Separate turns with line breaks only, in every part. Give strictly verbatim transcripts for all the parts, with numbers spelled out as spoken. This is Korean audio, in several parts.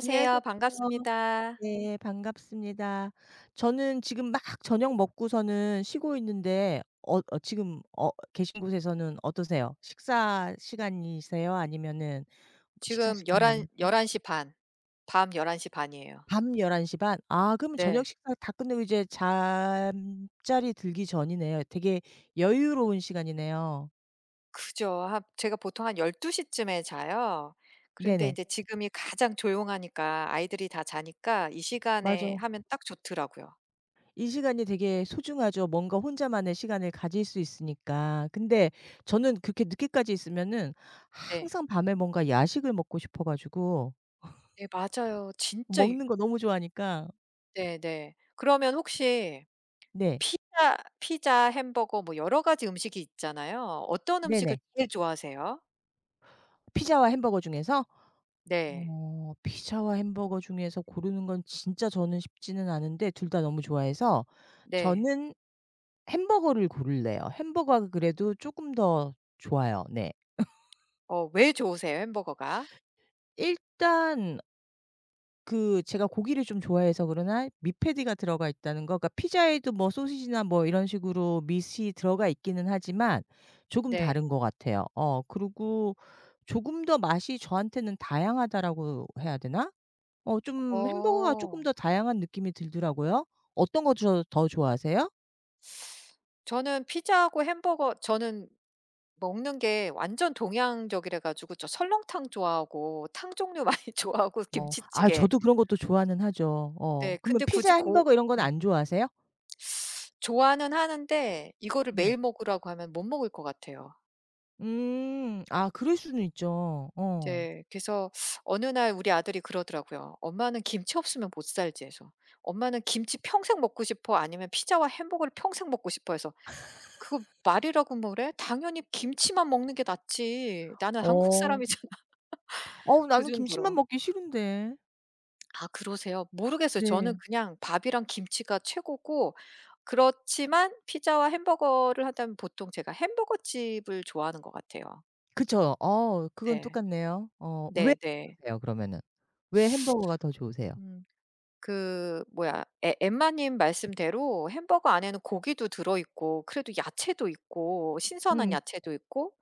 안녕하세요.
반갑습니다.
네, 반갑습니다. 저는 지금 막 저녁 먹고서는 쉬고 있는데 어 어 지금 어 계신 곳에서는 어떠세요? 식사 시간이세요? 아니면은 식사
지금
시간이
11
아닌
열한 시 반. 밤 1 한 시 반이에요.
밤 열한 시 반? 아, 그러면 저녁
네.
식사 다 끝내고 이제 잠자리 들기 전이네요. 되게 여유로운 시간이네요.
그죠. 한 제가 보통 한 1 두 시 쯤에 자요. 그런데 이
네네.
제 지금이 가장 조용하니까 아이들이 다 자니까 이 시간에
맞아.
하면 딱 좋더라고요.
이 시간이 되게 소중하죠. 뭔가 혼자만의 시간을 가질 수 있으니까. 근데 저는 그렇게 늦게까지 있으면은
네.
항상 밤에 뭔가 야식을 먹고 싶어 가지고
네 맞아요. 진짜 유
먹는 거 너무 좋아하니까.
네네. 그러면 혹시
네.
피자 피자, 햄버거 뭐 여러 가지 음식이 있잖아요. 어떤 음식을
네네.
제일 좋아하세요?
피자와 햄버거 중에서?
네.
어 피자와 햄버거 중에서 고르는 건 진짜 저는 쉽지는 않은데 둘 다 너무 좋아해서
네.
저는 햄버거를 고를래요. 햄버거가 그래도 쪼끔 더 좋아요. 네.
어 왜 좋으세요? 햄버거가?
일단 그 제가 고기를 좀 좋아해서 그러나 미패디가 들어가 있다는 거, 그러니까 피자에도 뭐 소시지나 뭐 이런 식으로 밑이 들어가 있기는 하지만 조금
네.
다른 것 같아요. 어 그리고 조금 더 맛이 저한테는 다양하다라고 해야 되나? 어 좀 햄버거가 조금
어.
더 다양한 느낌이 들더라고요. 어떤 거 저 더 좋아하세요?
저는 피자하고 햄버거 저는 먹는 게 완전 동양적이라 가지고 저 설렁탕 좋아하고 탕 종류 많이 좋아하고
어, 아,
김치찌개.
저도 그런 것도 좋아는 하죠. 어
네.
그러면
근데 굳이
피자,
고
햄버거 이런 건
음.
안 좋아하세요?
좋아는 하는데 이거를
음.
매일 먹으라고 하면 못 먹을 것 같아요.
음. 아, 그럴 수는 있죠. 어.
이제 그래서 어느 날 우리 아들이 그러더라고요. "엄마는 김치 없으면 못 살지." 해서. "엄마는 김치 평생 먹고 싶어. 아니면 피자와 햄버거를 평생 먹고 싶어." 해서 "그거 말이라고 뭐래? 당연히 김치만 먹는 게 낫지. 나는 한국 사람
어.
이
어우,
그
나는 김치만
정도로.
먹기 싫은데.
아 그러세요? 모르겠어요. 저는
네.
그냥 밥이랑 김치가 최고고 그렇지만 피자와 햄버거를 한다면 보통 제가 햄버거집을 좋아하는 것 같아요.
그쵸. 어 그건
네.
똑같네요. 어왜
네네.
세요 그러면은? 왜 햄버거가 더 좋으세요?
음 그 뭐야 에 엠마님 말씀대로 햄버거 안에는 고기도 들어 있고 그래도 야채도 있고 신선한
음.
야채도 있고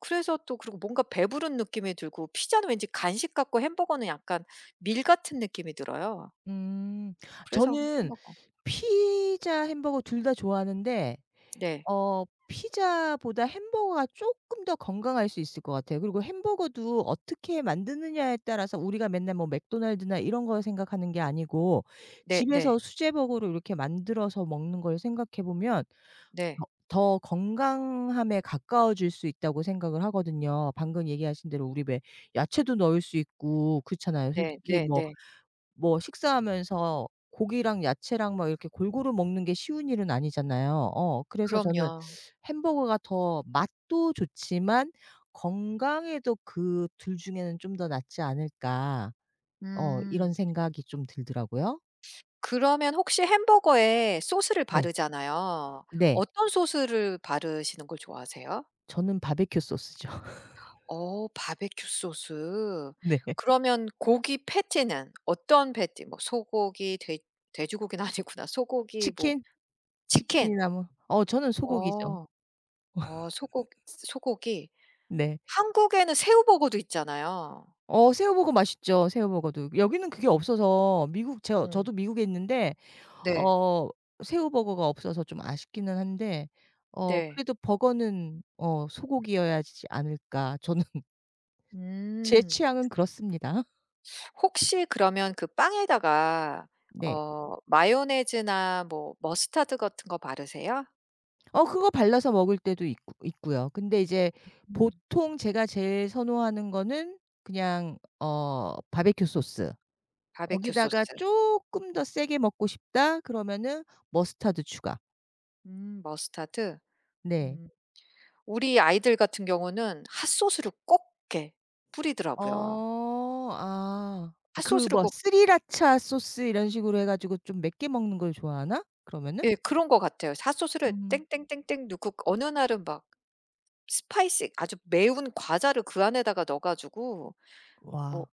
그래서 또 그리고 뭔가 배부른 느낌이 들고 피자는 왠지 간식 같고 햄버거는 약간 밀 같은 느낌이 들어요.
음.
그래서
저는
햄버거.
피자, 햄버거 둘 다 좋아하는데
네.
어 피자보다 햄버거가 쪼끔 더 건강할 수 있을 것 같아요. 그리고 햄버거도 어떻게 만드느냐에 따라서 우리가 맨날 뭐 맥도날드나 이런 걸 생각하는 게 아니고
네네.
집에서 수제버거로 이렇게 만들어서 먹는 걸 생각해 보면
네.
더 더 건강함에 가까워질 수 있다고 생각을 하거든요. 방금 얘기하신 대로 우리 왜 야채도 넣을 수 있고 그렇잖아요.
네
솔직히
네
뭐
네.
뭐 식사하면서 고기랑 야채랑 막 이렇게 골고루 먹는 게 쉬운 일은 아니잖아요. 어 그래서 저는
그럼요.
햄버거가 더 맛도 좋지만 건강에도 그 둘 중에는 좀 더 낫지 않을까. 어 이런
음.
생각이 좀 들더라고요.
그러면 혹시 햄버거에 소스를
네.
바르잖아요.
네.
어떤 소스를 바르시는 걸 좋아하세요?
저는 바비큐 소스죠.
어 바베큐 소스.
네.
그러면 고기 패티는 어떤 패티 뭐 소고기 돼 돼지고기는 아니구나. 소고기 뭐
치킨
치킨.
치킨이나 뭐, 어, 저는 소고기죠.
어. 어 소고 소고기.
네.
한국에는 새우버거도 있잖아요.
어 새우버거 맛있죠, 새우버거도. 여기는 그게 없어서 미국, 저
음.
저도 미국에 있는데
네.
어 새우버거가 없어서 좀 아쉽기는 한데 어
네.
그래도 버거는 어 소고기여야지 않을까. 저는. 제
음.
취향은 그렇습니다.
혹시 그러면 그 빵에다가
네.
어 마요네즈나 뭐 머스타드 같은 거 바르세요?
어 그거 발라서 먹을 때도 있고 있고요. 근데 이제
음.
보통 제가 제일 선호하는 거는 그냥 어 바비큐 소스.
바베큐
거기다가
소스.
쪼끔 더 세게 먹고 싶다 그러면은 머스타드 추가.
음 머스타드.
네.
음. 우리 아이들 같은 경우는 핫소스를 꼭 이렇게 뿌리더라고요.
어. 아. 그
핫소스를
뭐
꼭
스리라차 소스 이런 식으로 해 가지고 좀 맵게 먹는 걸 좋아하나? 그러면은?
예 그런 것 같아요. 핫소스를
음.
땡땡땡땡 넣고 어느 날은 막 스파이시 아주 매운 과자를 그 안에다가 넣어 가지고 뭐
와.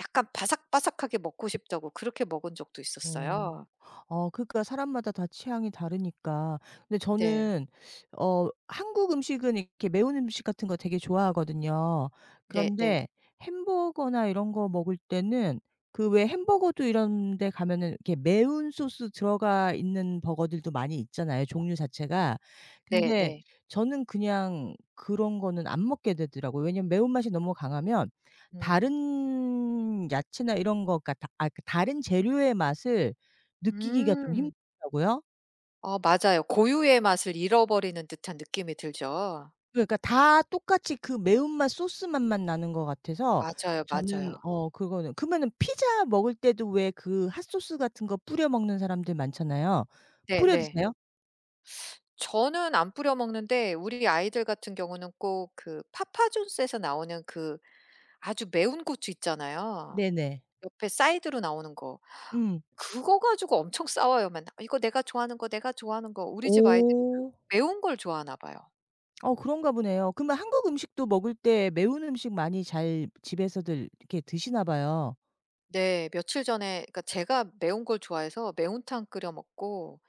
약간 바삭바삭하게 먹고 싶다고 그렇게 먹은 적도
어.
있었어요.
어 그러니까 사람마다 다 취향이 다르니까. 근데
네.
저는 어 한국 음식은 이렇게 매운 음식 같은 거 되게 좋아하거든요.
네네.
그런데 햄버거나 이런 거 먹을 때는 그 왜 햄버거도 이런 데 가면은 이렇게 매운 소스 들어가 있는 버거들도 많이 있잖아요, 종류 자체가. 근데
네네.
저는 그냥 그런 거는 안 먹게 되더라고요. 왜냐면 매운맛이 너무 강하면
음.
다른 야채나 이런 거, 그러니까 다, 아, 그 다른 재료의 맛을 느끼기가 좀
음.
힘들더라고요.
어 맞아요. 고유의 맛을 잃어버리는 듯한 느낌이 들죠.
그러니까 다 똑같이 그 매운맛, 소스맛만 나는 것 같아서
맞아요,
저는
맞아요.
어 그거는. 그러면은 피자 먹을 때도 왜 그 핫소스 같은 거 뿌려 먹는 사람들 많잖아요. 뿌려
네네.
드세요?
저는 안 뿌려 먹는데 우리 아이들 같은 경우는 꼭 그 파파존스에서 나오는 그 아주 매운 고추 있잖아요.
네네.
옆에 사이드로 나오는 거.
음.
그거 가지고 엄청 싸워요 맨날. 아, "이거 내가 좋아하는 거, 내가 좋아하는 거." 우리 집 아이들이 그
오.
매운 걸 좋아하나 봐요.
어 그런가 보네요. 그러면 한국 음식도 먹을 때 매운 음식 많이 잘 집에서들 이렇게 드시나 봐요.
네. 며칠 전에 그러니까 제가 매운 걸 좋아해서 매운탕 끓여 먹고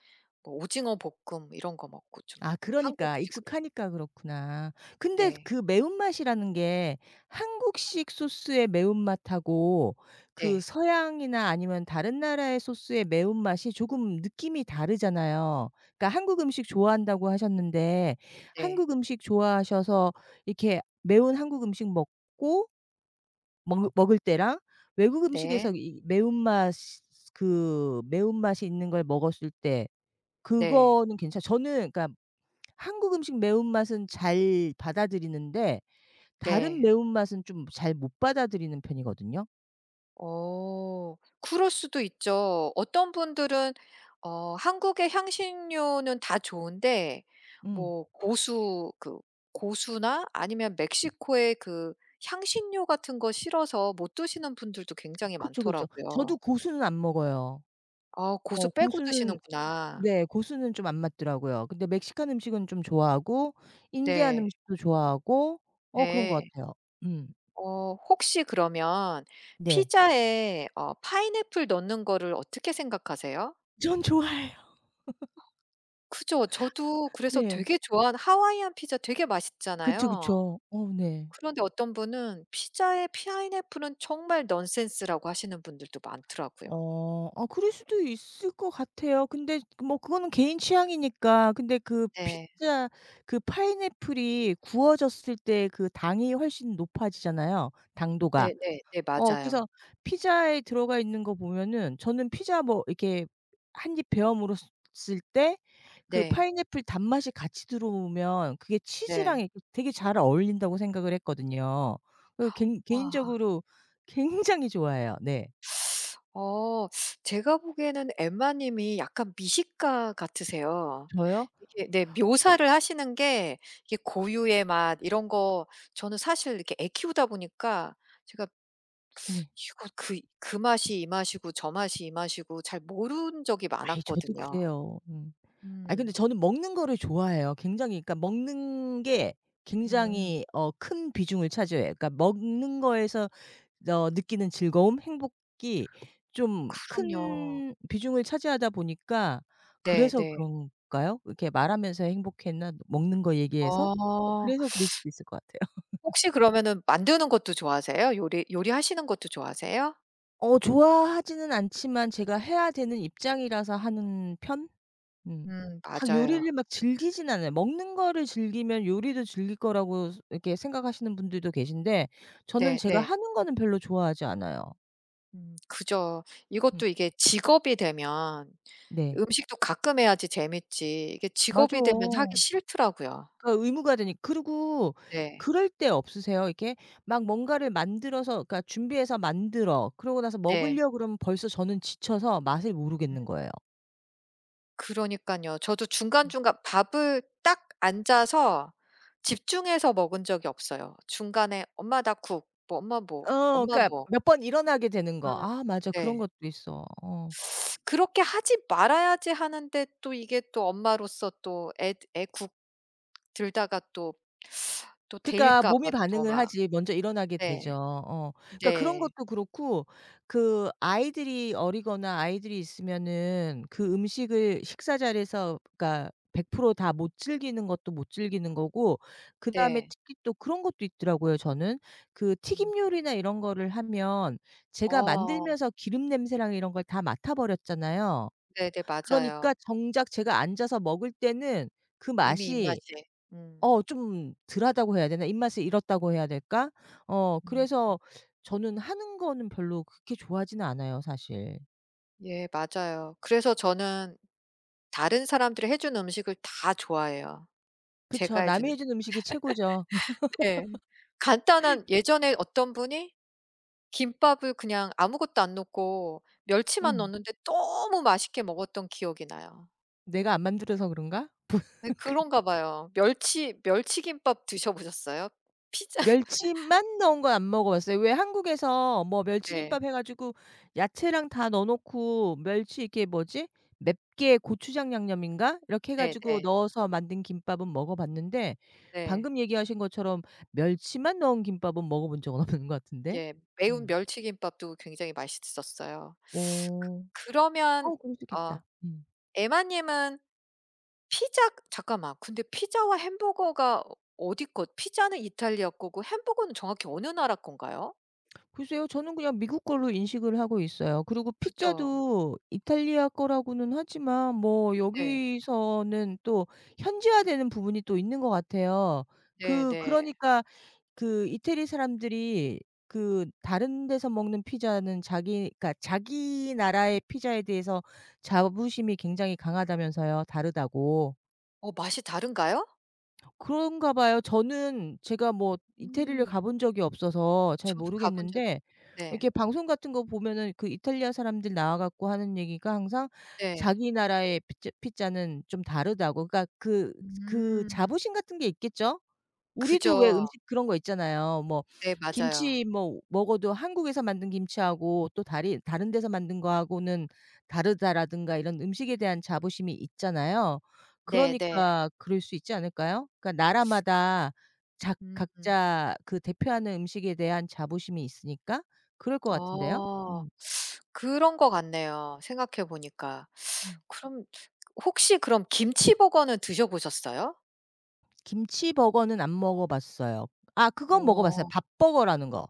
뭐 오징어 볶음 이런 거 먹고 좀
아 그러니까
한국식으로.
익숙하니까 그렇구나. 근데
네.
그 매운맛이라는 게 한국식 소스의 매운맛하고 그
네.
서양이나 아니면 다른 나라의 소스의 매운맛이 조금 느낌이 다르잖아요. 그러니까 한국 음식 좋아한다고 하셨는데
네.
한국 음식 좋아하셔서 이렇게 매운 한국 음식 먹고 먹 먹을 때랑 외국
네.
음식에서 이 매운맛, 그 매운맛이 있는 걸 먹었을 때
네.
그거는 괜찮 아 저는 그러니까 한국 음식 매운맛은 잘 받아들이는데 다른
네.
매운맛은 좀 잘 못 받아들이는 편이거든요.
어. 그럴 수도 있죠. 어떤 분들은 어 한국의 향신료는 다 좋은데
음.
뭐 고수 그 고수나 아니면 멕시코의 그 향신료 같은 거 싫어서 못 드시는 분들도 굉장히
그쵸, 그쵸.
많더라고요.
저도 고수는 안 먹어요.
아 고수
어
빼고
고수는,
드시는구나.
네 고수는 좀 안 맞더라고요. 근데 멕시칸 음식은 좀 좋아하고 인디안
네.
음식도 좋아하고 어 그런 것
네.
같아요. 음.
어 혹시 그러면
네.
피자에 어 파인애플 넣는 거를 어떻게 생각하세요?
전 좋아해요.
그죠. 저도 그래서
네.
되게 좋아하는 하와이안 피자 되게
그쵸,
맛있잖아요.
그쵸. 어, 네.
그런데 어떤 분은 피자에 파인애플은 정말 넌센스라고 하시는 분들도 많더라고요.
어. 아, 그럴 수도 있을 것 같아요. 근데 뭐 그거는 개인 취향이니까. 근데 그
네.
피자, 그 파인애플이 구워졌을 때 그 당이 훨씬 높아지잖아요, 당도가.
네네. 네 네,
어
맞아요.
그래서 피자에 들어가 있는 거 보면은 저는 피자 뭐 이렇게 한 입 베어 물었을 때 그
네.
파인애플 단맛이 같이 들어오면 그게 치즈랑
네.
이렇게 되게 잘 어울린다고 생각을 했거든요. 그 개인
와.
개인적으로 굉장히 좋아해요. 네.
어 제가 보기에는 엠마 님이 약간 미식가 같으세요.
저요?
이게 네 묘사를 하시는 게 이게 고유의 맛 이런 거 저는 사실 이렇게 애 키우다 보니까 제가
네.
이거 그 그 맛이 이 맛이고 저 맛이 이 맛이고 잘 모른 적이
아이 저도
많았거든요.
그래요. 음. 아 근데
음.
저는 먹는 거를 좋아해요. 굉장히. 그러니까 먹는 게
음.
굉장히 어 큰 비중을 차지해요. 그러니까 먹는 거에서 어 느끼는 즐거움, 행복이 좀
그럼요.
큰 비중을 차지하다 보니까 그래서
네네.
그런가요? 이렇게 말하면서 행복했나? 먹는 거 얘기해서? 어
아.
그래서 그럴 수도 있을 것 같아요.
혹시 그러면은 만드는 것도 좋아하세요? 요리 요리하시는 것도 좋아하세요?
어 좋아하지는 않지만 제가 해야 되는 입장이라서 하는 편? 음.
음
막
맞아요.
요리를 막 즐기진 않아요. 먹는 거를 즐기면 요리도 즐길 거라고 스 이렇게 생각하시는 분들도 계신데 저는 제가
네네.
하는 거는 별로 좋아하지 않아요.
음 그죠.
음.
이것도 이게 직업이 되면
네.
음식도 가끔 해야지 재밌지 이게
맞아.
직업이 되면 하기 싫더라고요.
그러니까 의무가 되니. 그리고
네.
그럴 때 없으세요? 이렇게 막 뭔가를 만들어서, 그러니까 준비해서 만들어. 그러고 나서
네.
먹으려 그러면 벌써 저는 지쳐서 맛을 모르겠는 거예요.
그러니까요 저도 중간중간 밥을 딱 앉아서 집중해서 먹은 적이 없어요. 중간에 "엄마 나 국." 뭐 "엄마 뭐."
어
"엄마
그러니까
뭐."
몇 번 일어나게 되는
어
거. 아 맞아.
네.
그런 것도 있어. 어.
그렇게 하지 말아야지 하는데 또 이게 또 엄마로서 또 애 애국 들다가 또 또
그러니까
데일까 봐
몸이
또
반응을
막
하지 먼저 일어나게 되죠.
네.
어. 그러니까 그런
네.
것도 그렇고 그 아이들이 어리거나 아이들이 있으면은 그 음식을 식사 자리에서 그러니까 백 퍼센트 다 못 즐기는 것도 못 즐기는 거고 그다음에
네.
특히 또 그런 것도 있더라고요 저는. 그
음.
튀김 요리나 이런 거를 하면 제가
어
만들면서 기름 냄새랑 이런 걸 다 맡아 버렸잖아요.
네네. 맞아요.
그러니까 정작 제가 앉아서 먹을 때는 그
이미
맛이
입맛이. 음.
어 좀 덜하다고 해야 되나? 입맛을 잃었다고 해야 될까? 어
음.
그래서 저는 하는 거는 별로 그렇게 좋아하지는 않아요, 사실.
예 맞아요. 그래서 저는 다른 사람들이 해준 음식을 다 좋아해요.
그쵸.
제가 해
남이
주는
해준 음식이 최고죠.
네. 간단한 예전에 어떤 분이 김밥을 그냥 아무것도 안 넣고 멸치만
음.
넣었는데 너무 맛있게 먹었던 기억이 나요.
내가 안 만들어서 그런가?
네 그런가 봐요. 멸치 멸치김밥 드셔 보셨어요? 피자
멸치만 넣은 건 안 먹어 봤어요. 왜 한국에서 뭐
네.
멸치김밥 해 가지고 야채랑 다 넣어 놓고 멸치, 이게 뭐지? 맵게 고추장 양념인가? 이렇게 해
네네.
가지고
네.
넣어서 만든 김밥은 먹어 봤는데
네.
방금 얘기하신 것처럼 멸치만 넣은 김밥은 먹어 본 적은 없는 것 같은데.
예. 매운
음.
멸치김밥도 굉장히 맛있었어요. 그
어.
그러면
어 그럴 수
어
있겠다. 음.
에마 님은 피자 잠깐만. 근데 피자와 햄버거가 어디 것 피자는 이탈리아 거고 햄버거는 정확히 어느 나라 건가요?
글쎄요. 저는 그냥 미국 걸로 인식을 하고 있어요. 그리고
그죠.
피자도 이탈리아 거라고는 하지만 뭐
네.
여기서는 또 현지화되는 부분이 또 있는 것 같아요. 그
네네.
그러니까 그 이태리 사람들이 그 다른 데서 먹는 피자는, 자기, 그러니까 자기 나라의 피자에 대해서 자부심이 굉장히 강하다면서요, 다르다고.
어 맛이 다른가요?
그런가 봐요. 저는 제가 뭐 이태리를
음.
가본 적이 없어서 잘
저도 가본 적이 없
모르겠는데
네.
이렇게 방송 같은 거 보면은 그 이탈리아 사람들 나와 갖고 하는 얘기가 항상
네.
자기 나라의 피자 피자는 좀 다르다고. 그러니까 그 그
음.
자부심 같은 게 있겠죠? 우리도 왜
그죠.
음식 그런 거 있잖아요. 뭐
네 맞아요.
김치 뭐 먹어도 한국에서 만든 김치하고 또 다리 다른 데서 만든 거하고는 다르다라든가 이런 음식에 대한 자부심이 있잖아요.
네네.
그러니까 그럴 수 있지 않을까요? 그러니까 나라마다 작
음.
각자 그 대표하는 음식에 대한 자부심이 있으니까 그럴 것 같은데요.
어.
음.
그런 것 같네요 생각해 보니까.
음.
그럼 혹시 그럼 김치버거는 드셔 보셨어요?
김치 버거는 안 먹어 봤어요. 아 그건 먹어 봤어요.
어.
밥 버거라는 거.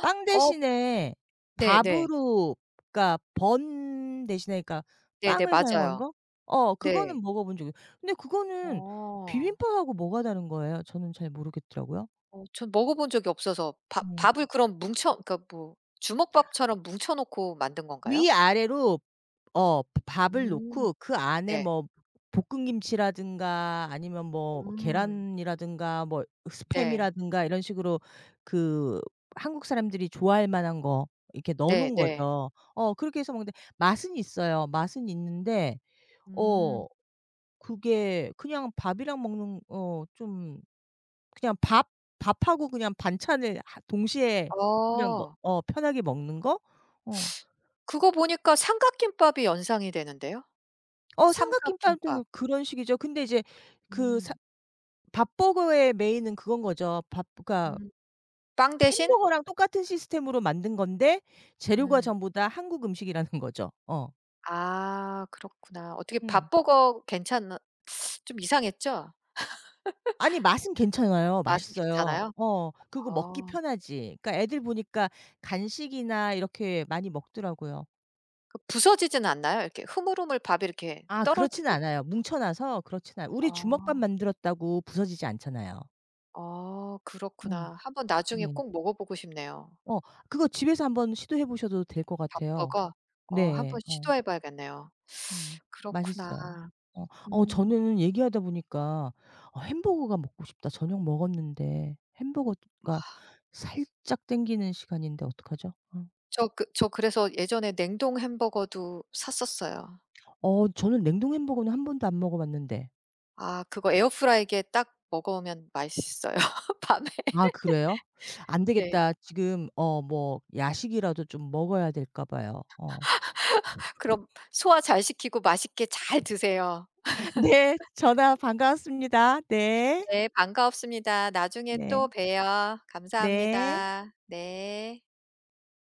빵
어
대신에
네네.
밥으로, 그러니까 번 대신에, 그러니까
네네.
빵을 사용한
맞아요.
거? 어
네.
그거는 먹어 본 적이. 근데 그거는
어.
비빔밥하고 뭐가 다른 거예요? 저는 잘 모르겠더라고요.
어 전 먹어 본 적이 없어서 밥
음.
밥을 그럼 뭉쳐 그러니까 뭐 주먹밥처럼 뭉쳐 놓고 만든 건가요?
위아래로. 어. 밥을
음.
놓고 그 안에
네.
뭐 볶음김치라든가 아니면 뭐
음.
계란이라든가 뭐
네.
스팸이라든가 이런 식으로 그 한국 사람들이 좋아할 만한 거 이렇게 넣어 놓은
네네.
거죠. 어 그렇게 해서 먹는데 맛은 있어요. 맛은 있는데
음.
어 그게 그냥 밥이랑 먹는 어 좀 그냥 밥, 밥하고 그냥 반찬을 하 동시에 그냥 너
어.
어 편하게 먹는 거? 어.
그거 보니까 삼각김밥이 연상이 되는데요.
어
삼각김밥.
삼각김밥도 그런 식이죠. 근데 이제 그 사
음.
밥버거의 메인은 그건 거죠. 밥, 그러니까
음. 빵 대신?
햄버거랑 똑같은 시스템으로 만든 건데 재료가
음.
전부 다 한국 음식이라는 거죠. 어.
아 그렇구나. 어떻게
음.
밥버거 괜찮나 좀 이상했죠?
아니 맛은 괜찮아요.
맛은
맛있어요.
괜찮아요?
어. 그리고 먹기
어.
편하지. 그러니까 애들 보니까 간식이나 이렇게 많이 먹더라고요.
그 부서지지는 않나요? 이렇게 흐물흐물 밥이 이렇게
아 그렇진
떨어지고
않아요. 뭉쳐 놔서 그렇진 않아요. 우리 주먹밥
아.
만들었다고 부서지지 않잖아요.
어
음.
그렇구나. 한번 나중에
네.
꼭 먹어보고 싶네요.
어 그거 집에서 한번 시도해 보셔도 될 것 같아요.
밥버거? 어
네.
한번
어.
시도해 봐야겠네요.
음.
그렇구나.
맛있어요. 어. 어
음.
저는 얘기하다 보니까 "어 햄버거가 먹고 싶다. 저녁 먹었는데 햄버거가 살짝 땡기는 시간인데 어떡하죠?" 어.
저 그 저 그래서 예전에 냉동 햄버거도 샀었어요.
어 저는 냉동 햄버거는 한 번도 안 먹어 봤는데.
아 그거 에어프라이기에 딱 먹으면 맛있어요 밤에.
아 그래요? 안
네.
되겠다. 지금 어 뭐 야식이라도 좀 먹어야 될까 봐요. 어.
그럼 소화 잘 시키고 맛있게 잘 드세요.
네. 전화 반가웠습니다. 네.
네, 반가웠습니다. 나중에 또
네.
봬요. 네.
네.
감사합니다. 네.